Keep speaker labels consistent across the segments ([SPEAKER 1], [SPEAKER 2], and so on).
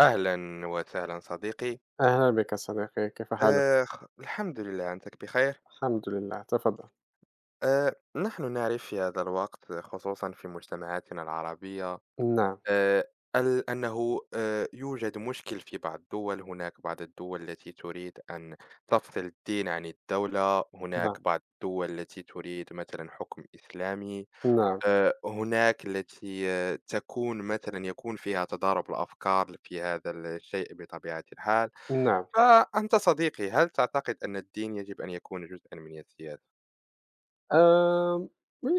[SPEAKER 1] أهلا وسهلا صديقي.
[SPEAKER 2] أهلا بك صديقي، كيف حالك؟
[SPEAKER 1] الحمد لله أنتك بخير.
[SPEAKER 2] الحمد لله، تفضل.
[SPEAKER 1] نحن نعرف في هذا الوقت خصوصا في مجتمعاتنا العربية،
[SPEAKER 2] نعم،
[SPEAKER 1] آه أنه يوجد مشكل في بعض الدول. هناك بعض الدول التي تريد أن تفصل الدين عن الدولة،
[SPEAKER 2] نعم،
[SPEAKER 1] هناك بعض الدول التي تريد مثلا حكم إسلامي.
[SPEAKER 2] نعم،
[SPEAKER 1] هناك التي تكون مثلًا يكون فيها تضارب الأفكار في هذا الشيء بطبيعة الحال.
[SPEAKER 2] نعم.
[SPEAKER 1] فأنت صديقي، هل تعتقد أن الدين يجب أن يكون جزءًا من السياسة؟
[SPEAKER 2] آمم،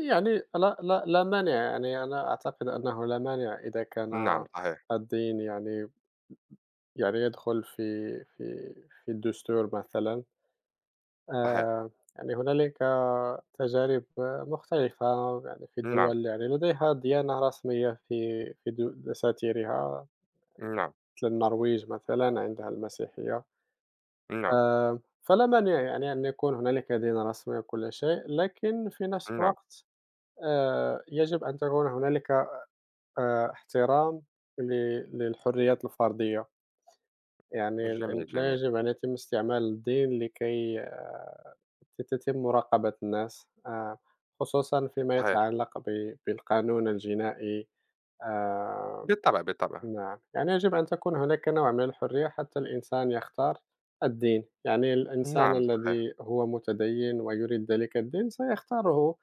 [SPEAKER 2] يعني لا لا لا مانع، يعني أنا أعتقد أنه لا مانع إذا
[SPEAKER 1] نعم
[SPEAKER 2] كان
[SPEAKER 1] صحيح،
[SPEAKER 2] الدين يعني يدخل في في الدستور مثلًا.
[SPEAKER 1] صحيح،
[SPEAKER 2] آآ، يعني هنالك تجارب مختلفة يعني في
[SPEAKER 1] نعم،
[SPEAKER 2] دول يعني لديها ديانة رسمية في دساتيرها،
[SPEAKER 1] نعم،
[SPEAKER 2] مثل النرويج مثلًا عندها المسيحية.
[SPEAKER 1] نعم،
[SPEAKER 2] فلا مانع يعني أن يكون هنالك دين رسمي وكل شيء، لكن في نفس
[SPEAKER 1] نعم،
[SPEAKER 2] الوقت، يجب أن تكون هنالك احترام ل للحريات الفردية، يعني
[SPEAKER 1] جميل،
[SPEAKER 2] لا
[SPEAKER 1] جميل،
[SPEAKER 2] يجب أن يتم استعمال الدين لكي تتم مراقبة الناس، خصوصًا فيما
[SPEAKER 1] صحيح،
[SPEAKER 2] يتعلق بالقانون الجنائي. آآ
[SPEAKER 1] بالطبع، بالطبع،
[SPEAKER 2] نعم، يعني يجب أن تكون هناك نوع من الحرية حتى الإنسان يختار الدين، يعني الإنسان
[SPEAKER 1] نعم صحيح،
[SPEAKER 2] الذي هو متدين ويريد ذلك الدين سيختاره،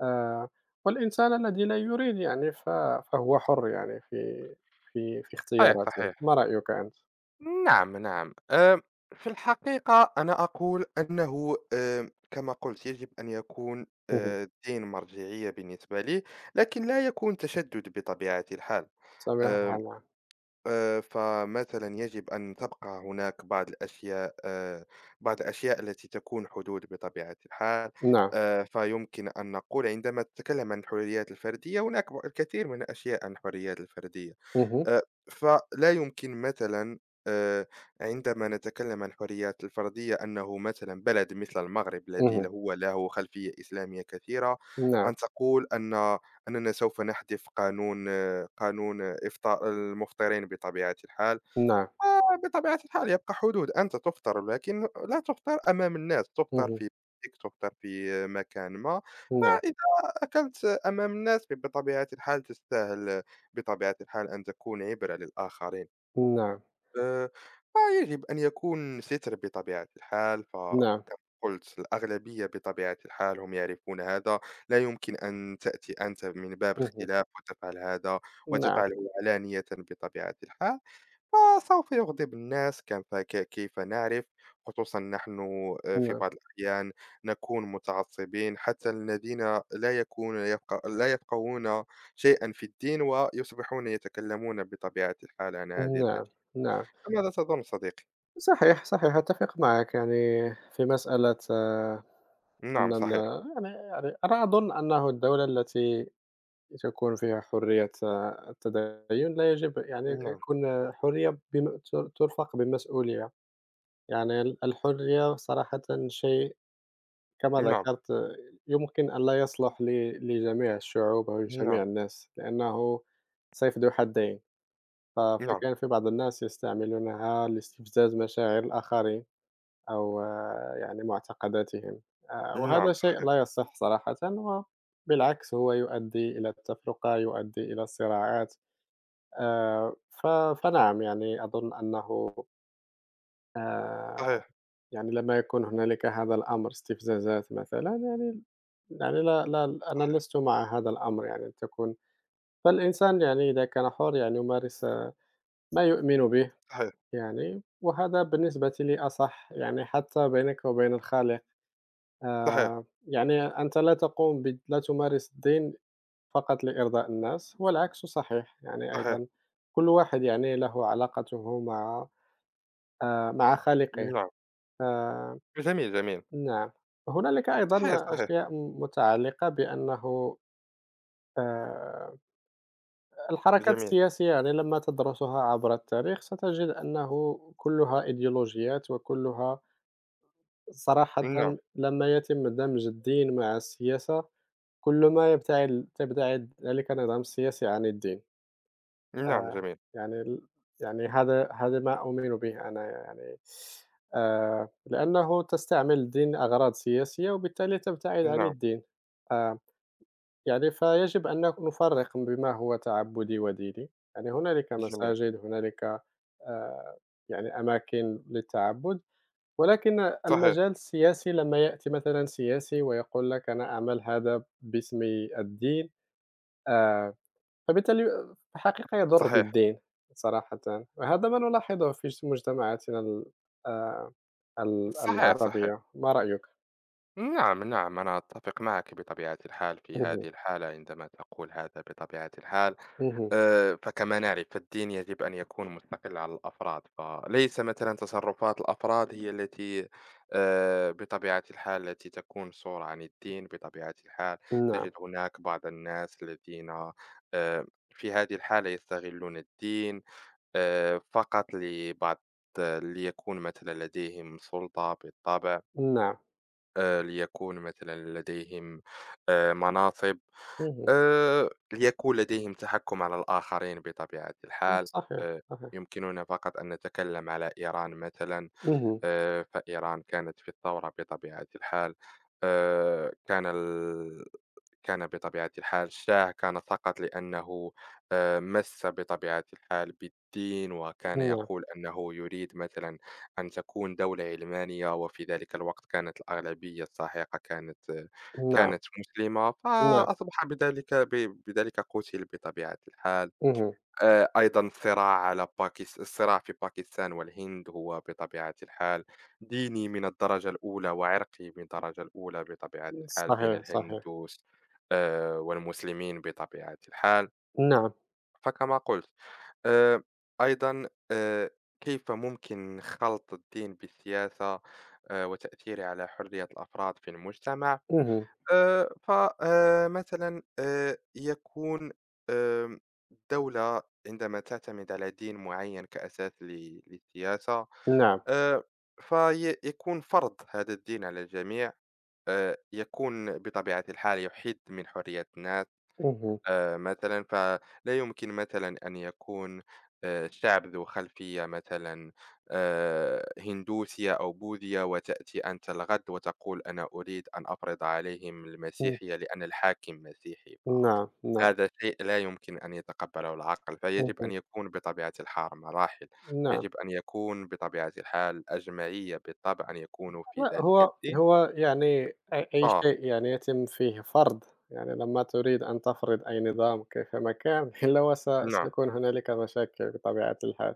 [SPEAKER 2] آه، والإنسان الذي لا يريد يعني فهو حر يعني في
[SPEAKER 1] صحيح،
[SPEAKER 2] اختياراته،
[SPEAKER 1] صحيح.
[SPEAKER 2] ما رأيك أنت؟
[SPEAKER 1] نعم، نعم. في الحقيقة أنا أقول أنه كما قُلت يجب أن يكون
[SPEAKER 2] اهم،
[SPEAKER 1] الدين مرجعية بالنسبة لي، لكن لا يكون تشدُّد بطبيعة الحال.
[SPEAKER 2] سامح
[SPEAKER 1] آآ
[SPEAKER 2] الحال نعم،
[SPEAKER 1] فمثلًا يجب أن تبقى هناك بعض الأشياء بعض الأشياء التي تكون حدود بطبيعة الحال.
[SPEAKER 2] نعم،
[SPEAKER 1] فيمكن أن نقول عندما تتكلم عن الحريات الفردية، هناك ب الكثير من الأشياء عن الحريات الفردية.
[SPEAKER 2] اهم،
[SPEAKER 1] آآ، فلا يمكن مثلًا، آآ، عندما نتكلم عن الحريات الفردية أنه مثلًا بلد مثل المغرب الذي ل
[SPEAKER 2] اهم،
[SPEAKER 1] هو له خلفية إسلامية كثيرة،
[SPEAKER 2] نعم،
[SPEAKER 1] أن تقول أن أننا سوف نحذف قانون قانون إفطا المفطرين بطبيعة الحال.
[SPEAKER 2] نعم،
[SPEAKER 1] بطبيعة الحال يبقى حدود، أنت تُفطر لكن لا تُفطر أمام الناس، تُفطر
[SPEAKER 2] اهم،
[SPEAKER 1] في بيتك، تُفطر في مكان ما.
[SPEAKER 2] نعم،
[SPEAKER 1] فإذا أكلت أمام الناس بطبيعة الحال تستاهل بطبيعة الحال أن تكون عبرة للآخرين.
[SPEAKER 2] نعم،
[SPEAKER 1] آآ، فيجب أن يكون ستر بطبيعة الحال،
[SPEAKER 2] نعم،
[SPEAKER 1] فكما قُلت الأغلبية بطبيعة الحال هم يعرفون هذا. لا يمكن أن تأتي أنت من باب
[SPEAKER 2] اهم،
[SPEAKER 1] اختلاف وتفعل هذا
[SPEAKER 2] نعم،
[SPEAKER 1] وتفعله علانيةً بطبيعة الحال. فسوف يغضب الناس. كيف نعرف، خصوصا نحن في
[SPEAKER 2] نعم،
[SPEAKER 1] بعض الأحيان نكون متعصبين، حتى الذين لا يفقهون شيئا في الدين ويصبحون يتكلمون بطبيعة الحال عن هذه
[SPEAKER 2] نعم،
[SPEAKER 1] الأشياء.
[SPEAKER 2] نعم.
[SPEAKER 1] ماذا تظن صديقي؟
[SPEAKER 2] صحيح، صحيح، أتفق معك يعني في مسألة، أن
[SPEAKER 1] نعم صحيح،
[SPEAKER 2] يعني أنا أظن أنه الدولة التي تكون فيها حرية، التدين لا يجب يعني
[SPEAKER 1] نعم،
[SPEAKER 2] يكون حرية بم تر تُرفق بمسؤولية، يعني الحرية صراحةً شيء كما
[SPEAKER 1] نعم،
[SPEAKER 2] ذكرت، يمكن أن لا يصلح لجميع الشعوب أو لجميع
[SPEAKER 1] نعم،
[SPEAKER 2] الناس، لأنه سيف ذو حدين، ف
[SPEAKER 1] نعم،
[SPEAKER 2] فكان في بعض الناس يستعملونها لاستفزاز مشاعر الآخرين. أو يعني معتقداتهم،
[SPEAKER 1] نعم
[SPEAKER 2] وهذا شيء
[SPEAKER 1] صحيح،
[SPEAKER 2] لا يصح صراحةً، وبالعكس هو يؤدي إلى التفرقة، يؤدي إلى الصراعات، ف فنعم يعني أظن أنه، آآ،
[SPEAKER 1] صحيح،
[SPEAKER 2] يعني لما يكون هنالك هذا الأمر استفزازات مثلًا يعني لا لا أنا
[SPEAKER 1] صحيح،
[SPEAKER 2] لست مع هذا الأمر يعني أن تكون. فالإنسان يعني إذا كان حر يعني يمارس، ما يؤمن به
[SPEAKER 1] صحيح،
[SPEAKER 2] يعني، وهذا بالنسبة لي أصح يعني حتى بينك وبين الخالق.
[SPEAKER 1] صحيح،
[SPEAKER 2] يعني أنت لا تقوم لا تمارس الدين فقط لإرضاء الناس، والعكس صحيح، يعني
[SPEAKER 1] صحيح،
[SPEAKER 2] أيضًا كل واحد يعني له علاقته مع خالقه.
[SPEAKER 1] نعم
[SPEAKER 2] آآ،
[SPEAKER 1] جميل، جميل،
[SPEAKER 2] نعم، هنالك
[SPEAKER 1] صحيح،
[SPEAKER 2] أيضًا
[SPEAKER 1] صحيح،
[SPEAKER 2] أشياء متعلقة بأنه، آآ، الحركات
[SPEAKER 1] جميل،
[SPEAKER 2] السياسية يعني لما تدرسها عبر التاريخ ستجد أنه كلها إيديولوجيات وكلها صراحةً
[SPEAKER 1] نعم،
[SPEAKER 2] لما يتم دمج الدين مع السياسة كل ما تبتعد ذلك النظام السياسي عن الدين.
[SPEAKER 1] نعم،
[SPEAKER 2] آه،
[SPEAKER 1] جميل،
[SPEAKER 2] يعني يعني هذا ما أؤمن به أنا يعني، لأنه تستعمل الدين أغراض سياسية، وبالتالي تبتعد عن
[SPEAKER 1] نعم،
[SPEAKER 2] الدين. آه، يعني فيجب أن نفرق بما هو تعبدي وديني، يعني هنالك
[SPEAKER 1] جميل،
[SPEAKER 2] مساجد، هنالك، آآ، يعني أماكن للتعبد، ولكن
[SPEAKER 1] صحيح،
[SPEAKER 2] المجال السياسي لما يأتي مثلًا سياسي ويقول لك أنا أعمل هذا باسم الدين، آه، فبالتالي في الحقيقة يضر
[SPEAKER 1] صحيح،
[SPEAKER 2] بالدين صراحةً، وهذا ما نلاحظه في مجتمعاتنا ال آآ، ال
[SPEAKER 1] صحيح، صحيح.
[SPEAKER 2] العربية، ما رأيك؟
[SPEAKER 1] نعم، نعم، أنا أتّفق معك بطبيعة الحال في هذه
[SPEAKER 2] اهم،
[SPEAKER 1] الحالة عندما تقول هذا بطبيعة الحال.
[SPEAKER 2] اهم،
[SPEAKER 1] فكما نعرف فالدين يجب أن يكون مستقل عن الأفراد، فليس مثلًا تصرفات الأفراد هي التي بطبيعة الحال التي تكون صورة عن الدين بطبيعة الحال.
[SPEAKER 2] نعم،
[SPEAKER 1] تجد هناك بعض الناس الذين آآ، في هذه الحالة يستغلون الدين، فقط لبعض، ليكون مثلًا لديهم سلطة بالطبع.
[SPEAKER 2] نعم،
[SPEAKER 1] ليكون مثلًا لديهم مناصب،
[SPEAKER 2] اهم،
[SPEAKER 1] ليكون لديهم تحكُّم على الآخرين بطبيعة
[SPEAKER 2] صحيح،
[SPEAKER 1] الحال. آآ
[SPEAKER 2] صحيح،
[SPEAKER 1] يمكننا فقط أن نتكلم على إيران مثلًا.
[SPEAKER 2] اهم،
[SPEAKER 1] فإيران كانت في الثورة بطبيعة الحال. آآ كان ال كان بطبيعة الحال شاع كان فقط لأنه مس بطبيعة الحال بالدين وكان
[SPEAKER 2] نعم،
[SPEAKER 1] يقول أنه يريد مثلا أن تكون دولة علمانية، وفي ذلك الوقت كانت الأغلبية الساحقة كانت
[SPEAKER 2] نعم،
[SPEAKER 1] كانت مسلمة،
[SPEAKER 2] نعم،
[SPEAKER 1] فأصبح بذلك بذلك قتل بطبيعة الحال.
[SPEAKER 2] اهم،
[SPEAKER 1] أيضًا الصراع على الصراع في باكستان والهند هو بطبيعة الحال ديني من الدرجة الأولى، وعرقي من الدرجة الأولى بطبيعة الحال، بين
[SPEAKER 2] صحيح، صحيح،
[SPEAKER 1] الهندوس والمسلمين بطبيعة الحال.
[SPEAKER 2] نعم،
[SPEAKER 1] فكما قُلت آآ، أيضًا، كيف ممكن خلط الدين بالسياسة وتأثيره على حرية الأفراد في المجتمع؟
[SPEAKER 2] اهم،
[SPEAKER 1] ف مثلًا يكون آمم الدولة عندما تعتمد على دين معيّن كأساس ل للسياسة،
[SPEAKER 2] نعم،
[SPEAKER 1] آآ في يكون فرض هذا الدين على الجميع، يكون بطبيعة الحال يُحِد من حرية الناس.
[SPEAKER 2] اهم،
[SPEAKER 1] مثلًا فلا يمكن مثلًا أن يكون شعب ذو خلفية مثلًا هندوسية أو بوذية، وتأتي أنت الغد وتقول أنا أريد أن أفرض عليهم
[SPEAKER 2] ن
[SPEAKER 1] المسيحية لأن الحاكم مسيحي.
[SPEAKER 2] نعم، نعم،
[SPEAKER 1] فهذا شيء لا يمكن أن يتقبله العقل. فيجب أن
[SPEAKER 2] اهم،
[SPEAKER 1] يكون بطبيعة الحال مراحل،
[SPEAKER 2] نعم.
[SPEAKER 1] يجب أن يكون بطبيعة الحال أجمعية بالطبع أن يكونوا في
[SPEAKER 2] لأ،
[SPEAKER 1] ذلك
[SPEAKER 2] هو
[SPEAKER 1] الدين.
[SPEAKER 2] هو يعني أي
[SPEAKER 1] آه،
[SPEAKER 2] شيء يعني يتم فيه فرض، يعني لما تريد أن تفرض أي نظام كيفما كان إلا وس
[SPEAKER 1] نعم،
[SPEAKER 2] سيكون هنالك مشاكل بطبيعة الحال،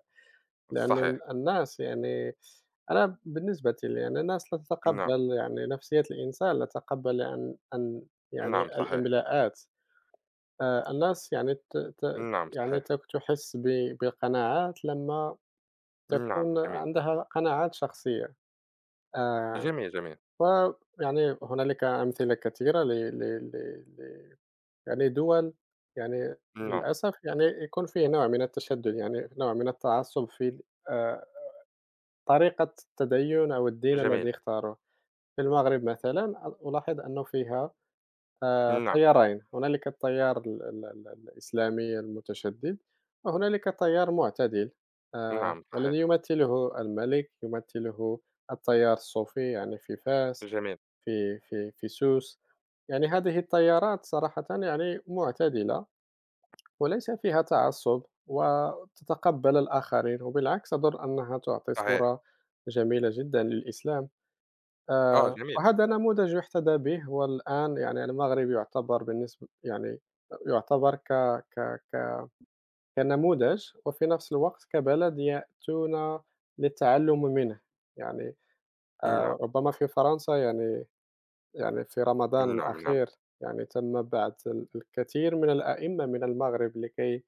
[SPEAKER 2] لأنه
[SPEAKER 1] صحيح،
[SPEAKER 2] الناس يعني أنا بالنسبة لي يعني الناس لا
[SPEAKER 1] نعم،
[SPEAKER 2] تتقبّل يعني نفسية الإنسان لا تتقبّل أن يعني
[SPEAKER 1] نعم صحيح،
[SPEAKER 2] الإملاءات، الناس يعني ت ت
[SPEAKER 1] نعم
[SPEAKER 2] يعني
[SPEAKER 1] صحيح.
[SPEAKER 2] تحس بقناعات لما
[SPEAKER 1] نعم
[SPEAKER 2] تكون
[SPEAKER 1] جميل،
[SPEAKER 2] عندها قناعات شخصية. آآ
[SPEAKER 1] جميل، جميل،
[SPEAKER 2] ويعني هنالك أمثلة كثيرة ل ل ل يعني دول يعني
[SPEAKER 1] نعم،
[SPEAKER 2] للأسف يعني يكون فيه نوع من التشدُّد، يعني نوع من التعصُّب في، آآ طريقة التديُّن أو الدين الذي
[SPEAKER 1] جميل،
[SPEAKER 2] اختاروه. في المغرب مثلًا ألاحظ أنه فيها،
[SPEAKER 1] نعم،
[SPEAKER 2] تيارين، هنالك التيار ال ال ال الإسلامي المتشدِّد، وهنالك تيار معتدل،
[SPEAKER 1] نعم
[SPEAKER 2] والذي
[SPEAKER 1] صحيح،
[SPEAKER 2] يمثِّله الملك، يمثِّله التيار الصوفي يعني في فاس،
[SPEAKER 1] جميل،
[SPEAKER 2] في سوس. يعني هذه التيارات صراحةً يعني معتدلة وليس فيها تعصُّب وتتقبّل الآخرين وبالعكس أظُن أنها تعطي
[SPEAKER 1] صحيح،
[SPEAKER 2] صورة جميلة جدًا للإسلام.
[SPEAKER 1] آه جميل،
[SPEAKER 2] وهذا نموذج يُحتذى به، والآن يعني المغرب يُعتبر يعني يُعتبر ك ك ك كنموذج، وفي نفس الوقت كبلد يأتون للتعلُّم منه. يعني،
[SPEAKER 1] نعم،
[SPEAKER 2] ربما في فرنسا يعني في رمضان
[SPEAKER 1] نعم، نعم،
[SPEAKER 2] الأخير يعني تم بعث الكثير من الأئمة من المغرب لكي،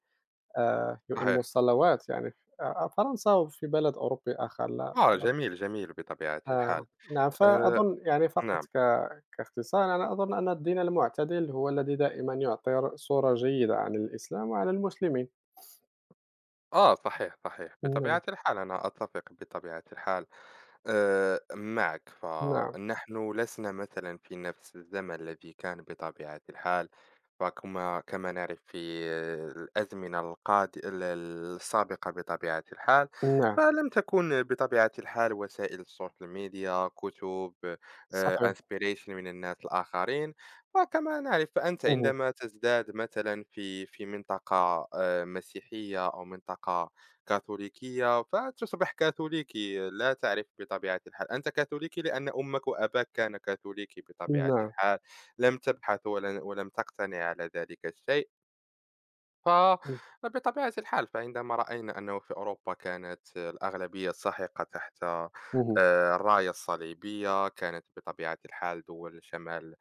[SPEAKER 2] يؤمّوا
[SPEAKER 1] صحيح،
[SPEAKER 2] الصلوات يعني ف، فرنسا وفي بلد أوروبي آخر
[SPEAKER 1] آه جميل، جميل بطبيعة الحال،
[SPEAKER 2] نعم
[SPEAKER 1] آآ
[SPEAKER 2] فأظن يعني فقط
[SPEAKER 1] نعم.
[SPEAKER 2] كاختصار أنا أظن أن الدين المعتدل هو الذي دائمًا يعطي صورة جيدة عن الإسلام وعن المسلمين.
[SPEAKER 1] آه صحيح، صحيح،
[SPEAKER 2] نعم،
[SPEAKER 1] بطبيعة الحال أنا أتّفق بطبيعة الحال معك.
[SPEAKER 2] نعم،
[SPEAKER 1] فنحن لسنا مثلًا في نفس الزمن الذي كان بطبيعة الحال. فكما نعرف في الأزمنة القاد ال السابقة بطبيعة الحال.
[SPEAKER 2] نعم،
[SPEAKER 1] فلم تكن بطبيعة الحال وسائل السوشيال ميديا، كتب،
[SPEAKER 2] صحيح،
[SPEAKER 1] inspiration من الناس الآخرين. وكما نعرف فأنت
[SPEAKER 2] اهم،
[SPEAKER 1] عندما تزداد مثلا في منطقة مسيحية أو منطقة كاثوليكية فتصبح كاثوليكي. لا تعرف بطبيعة الحال أنت كاثوليكي لأن أمك وأباك كان كاثوليكي بطبيعة
[SPEAKER 2] نعم،
[SPEAKER 1] الحال، لم تبحث ولم تقتنع على ذلك الشيء.
[SPEAKER 2] إمم،
[SPEAKER 1] فبطبيعة الحال فعندما رأينا أنه في أوروبا كانت الأغلبية الساحقة تحت
[SPEAKER 2] اهم،
[SPEAKER 1] الراية الصليبية كانت بطبيعة الحال، دول شمال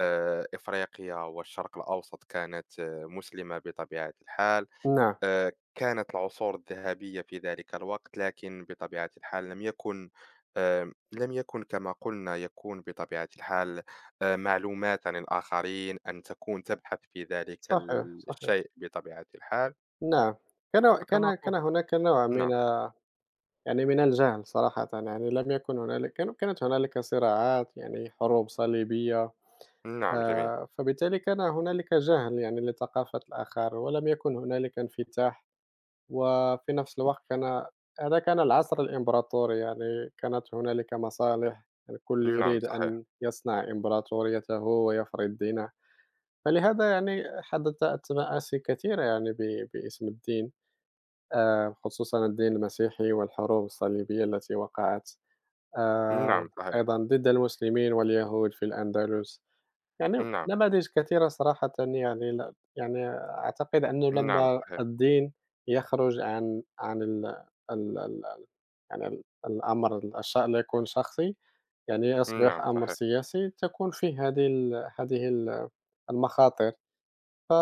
[SPEAKER 1] إفريقيا والشرق الأوسط كانت مسلمة بطبيعة الحال.
[SPEAKER 2] نعم،
[SPEAKER 1] كانت العصور الذهبية في ذلك الوقت، لكن بطبيعة الحال لم يكن لم يكن كما قلنا يكون بطبيعة الحال معلومات عن الآخرين، أن تكون تبحث في ذلك
[SPEAKER 2] صحيح،
[SPEAKER 1] ال
[SPEAKER 2] صحيح،
[SPEAKER 1] الشيء بطبيعة الحال.
[SPEAKER 2] نعم، كان
[SPEAKER 1] فكما
[SPEAKER 2] كان كان
[SPEAKER 1] قلت
[SPEAKER 2] هناك نوع من،
[SPEAKER 1] نعم،
[SPEAKER 2] يعني من الجهل صراحةً، يعني لم يكن هنالك، كانت هنالك صراعات، يعني حروب صليبية،
[SPEAKER 1] نعم جميل،
[SPEAKER 2] فبالتالي كان هنالك جهل يعني لثقافة الآخر، ولم يكن هنالك انفتاح، وفي نفس الوقت كان هذا كان العصر الإمبراطوري، يعني كانت هنالك مصالح، الكل
[SPEAKER 1] نعم
[SPEAKER 2] يريد
[SPEAKER 1] صحيح،
[SPEAKER 2] أن يصنع إمبراطوريته ويفرض دينه، فلهذا يعني حدث التمآسي كثيرة يعني باسم الدين. خصوصًا الدين المسيحي والحروب الصليبية التي وقعت، آآ
[SPEAKER 1] نعم صحيح،
[SPEAKER 2] أيضًا ضد المسلمين واليهود في الأندلس، يعني
[SPEAKER 1] نعم،
[SPEAKER 2] نماذج كثيرة صراحةً يعني يعني أعتقد أنه
[SPEAKER 1] نعم
[SPEAKER 2] لمّا
[SPEAKER 1] صحيح،
[SPEAKER 2] الدين يخرج عن ال ال ال يعني الأمر الشأن لا يكون شخصي، يعني يصبح
[SPEAKER 1] نعم
[SPEAKER 2] أمر
[SPEAKER 1] صحيح،
[SPEAKER 2] سياسي، تكون فيه هذه المخاطر. ف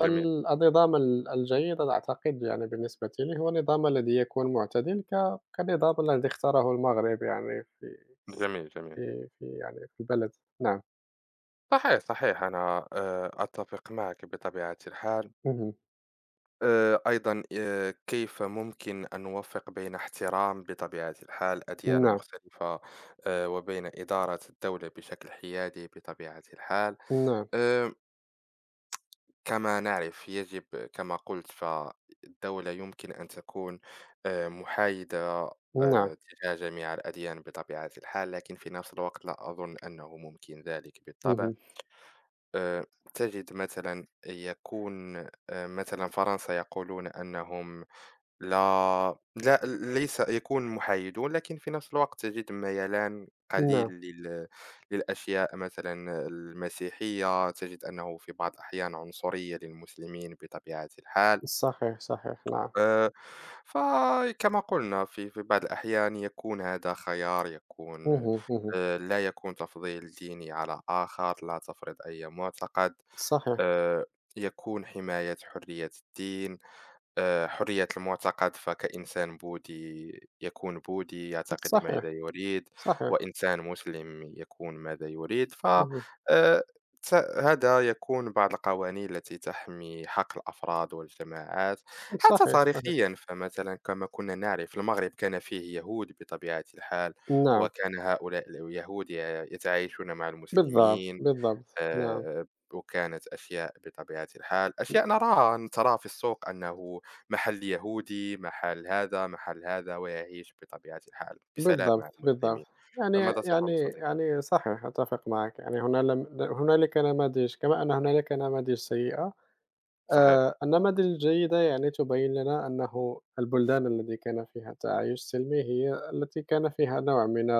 [SPEAKER 1] جميل،
[SPEAKER 2] الجيد أنا أعتقد يعني بالنسبة لي هو النظام الذي يكون معتدل كالنظام الذي اختاره المغرب يعني في
[SPEAKER 1] جميل، جميل،
[SPEAKER 2] في في يعني في البلد. نعم،
[SPEAKER 1] صحيح، صحيح أنا أتفق معك بطبيعة الحال.
[SPEAKER 2] اهم،
[SPEAKER 1] آه، أيضا كيف ممكن أن نوفق بين احترام بطبيعة الحال أديان
[SPEAKER 2] نعم،
[SPEAKER 1] مختلفة وبين إدارة الدولة بشكل حيادي بطبيعة الحال؟
[SPEAKER 2] نعم،
[SPEAKER 1] آه، كما نعرف يجب، كما قلت فالدولة يمكن أن تكون محايدة
[SPEAKER 2] نعم،
[SPEAKER 1] تجاه جميع الأديان بطبيعة الحال، لكن في نفس الوقت لا أظن أنه ممكن ذلك بالطبع.
[SPEAKER 2] اهم،
[SPEAKER 1] آه، تجد مثلا يكون مثلا فرنسا يقولون أنهم لا، لا ليس يكون محايد، ولكن في نفس الوقت تجد ميلان قليل
[SPEAKER 2] نعم،
[SPEAKER 1] لل... للأشياء مثلا المسيحية. تجد أنه في بعض الأحيان عنصرية للمسلمين بطبيعة الحال.
[SPEAKER 2] صحيح، صحيح، نعم،
[SPEAKER 1] آه، فكما قلنا في في بعض الأحيان يكون هذا خيار يكون
[SPEAKER 2] اهم، اهم،
[SPEAKER 1] لا يكون تفضيل ديني على آخر، لا تفرض أي معتقد.
[SPEAKER 2] صحيح،
[SPEAKER 1] آه، يكون حماية حرية الدين، حرية المعتقد. فكإنسان بوذي يكون بوذي يعتقد ماذا
[SPEAKER 2] صحيح،
[SPEAKER 1] يريد،
[SPEAKER 2] صحيح،
[SPEAKER 1] وإنسان مسلم يكون ماذا يريد. ف
[SPEAKER 2] اهم،
[SPEAKER 1] آآ، ت هذا يكون بعض القوانين التي تحمي حق الأفراد والجماعات. حتى
[SPEAKER 2] صحيح، صحيح،
[SPEAKER 1] تاريخيًا فمثلًا كما كنا نعرف المغرب كان فيه يهود بطبيعة الحال،
[SPEAKER 2] نعم،
[SPEAKER 1] وكان هؤلاء اليهود يتعايشون مع
[SPEAKER 2] بالضبط،
[SPEAKER 1] المسلمين.
[SPEAKER 2] بالضبط، نعم.
[SPEAKER 1] آآ، وكانت أشياء بطبيعة الحال، أشياء نراها ترى في السوق أنه محل يهودي، محل هذا، محل هذا، ويعيش بطبيعة الحال بسلام مع
[SPEAKER 2] بالضبط، بالضبط.
[SPEAKER 1] المسلمين.
[SPEAKER 2] يعني
[SPEAKER 1] فماذا
[SPEAKER 2] يعني
[SPEAKER 1] تظن صديقي؟
[SPEAKER 2] يعني صحيح، أتفق معك. يعني هنا لم هنالك نماذج كما أن هنالك نماذج سيئة،
[SPEAKER 1] صحيح،
[SPEAKER 2] النماذج الجيدة يعني تبين لنا أنه البلدان التي كان فيها التعايش السلمي هي التي كان فيها نوع من،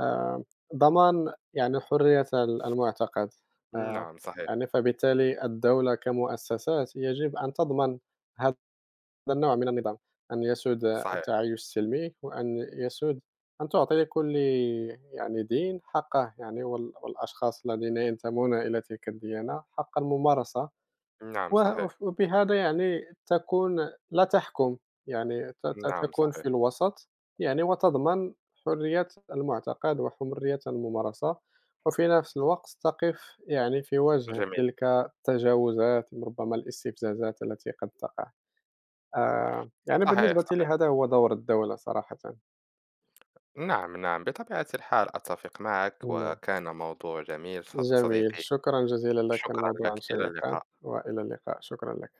[SPEAKER 2] آآ ضمان يعني حرية المعتقد. آآ
[SPEAKER 1] نعم صحيح،
[SPEAKER 2] يعني فبالتالي الدولة كمؤسسات يجب أن تضمن هذا هذا النوع من النظام، أن يسود
[SPEAKER 1] صحيح،
[SPEAKER 2] التعايش السلمي، وأن يسود أن تعطي لكل يعني دين حقه، يعني والأشخاص الذين ينتمون إلى تلك الديانة حق الممارسة،
[SPEAKER 1] نعم
[SPEAKER 2] وه
[SPEAKER 1] صحيح،
[SPEAKER 2] وف وبهذا يعني تكون لا تحكم، يعني ت ت
[SPEAKER 1] نعم
[SPEAKER 2] تكون
[SPEAKER 1] صحيح،
[SPEAKER 2] في الوسط، يعني وتضمن حرية المعتقد وحرية الممارسة، وفي نفس الوقت تقف يعني في وجه
[SPEAKER 1] جميل،
[SPEAKER 2] تلك التجاوزات ربما الاستفزازات التي قد تقع. يعني
[SPEAKER 1] صحيح،
[SPEAKER 2] بالنسبة لي
[SPEAKER 1] صحيح،
[SPEAKER 2] هذا هو دور الدولة صراحةً.
[SPEAKER 1] نعم، نعم، بطبيعة الحال أتفق معك،
[SPEAKER 2] إمم.
[SPEAKER 1] وكان موضوع جميل
[SPEAKER 2] جميل،
[SPEAKER 1] صديقي.
[SPEAKER 2] شكرًا جزيلًا لك، كان
[SPEAKER 1] شكرًا
[SPEAKER 2] موضوعًا
[SPEAKER 1] لك، إلى
[SPEAKER 2] شيقًا
[SPEAKER 1] اللقاء.
[SPEAKER 2] وإلى اللقاء، شكرًا لك.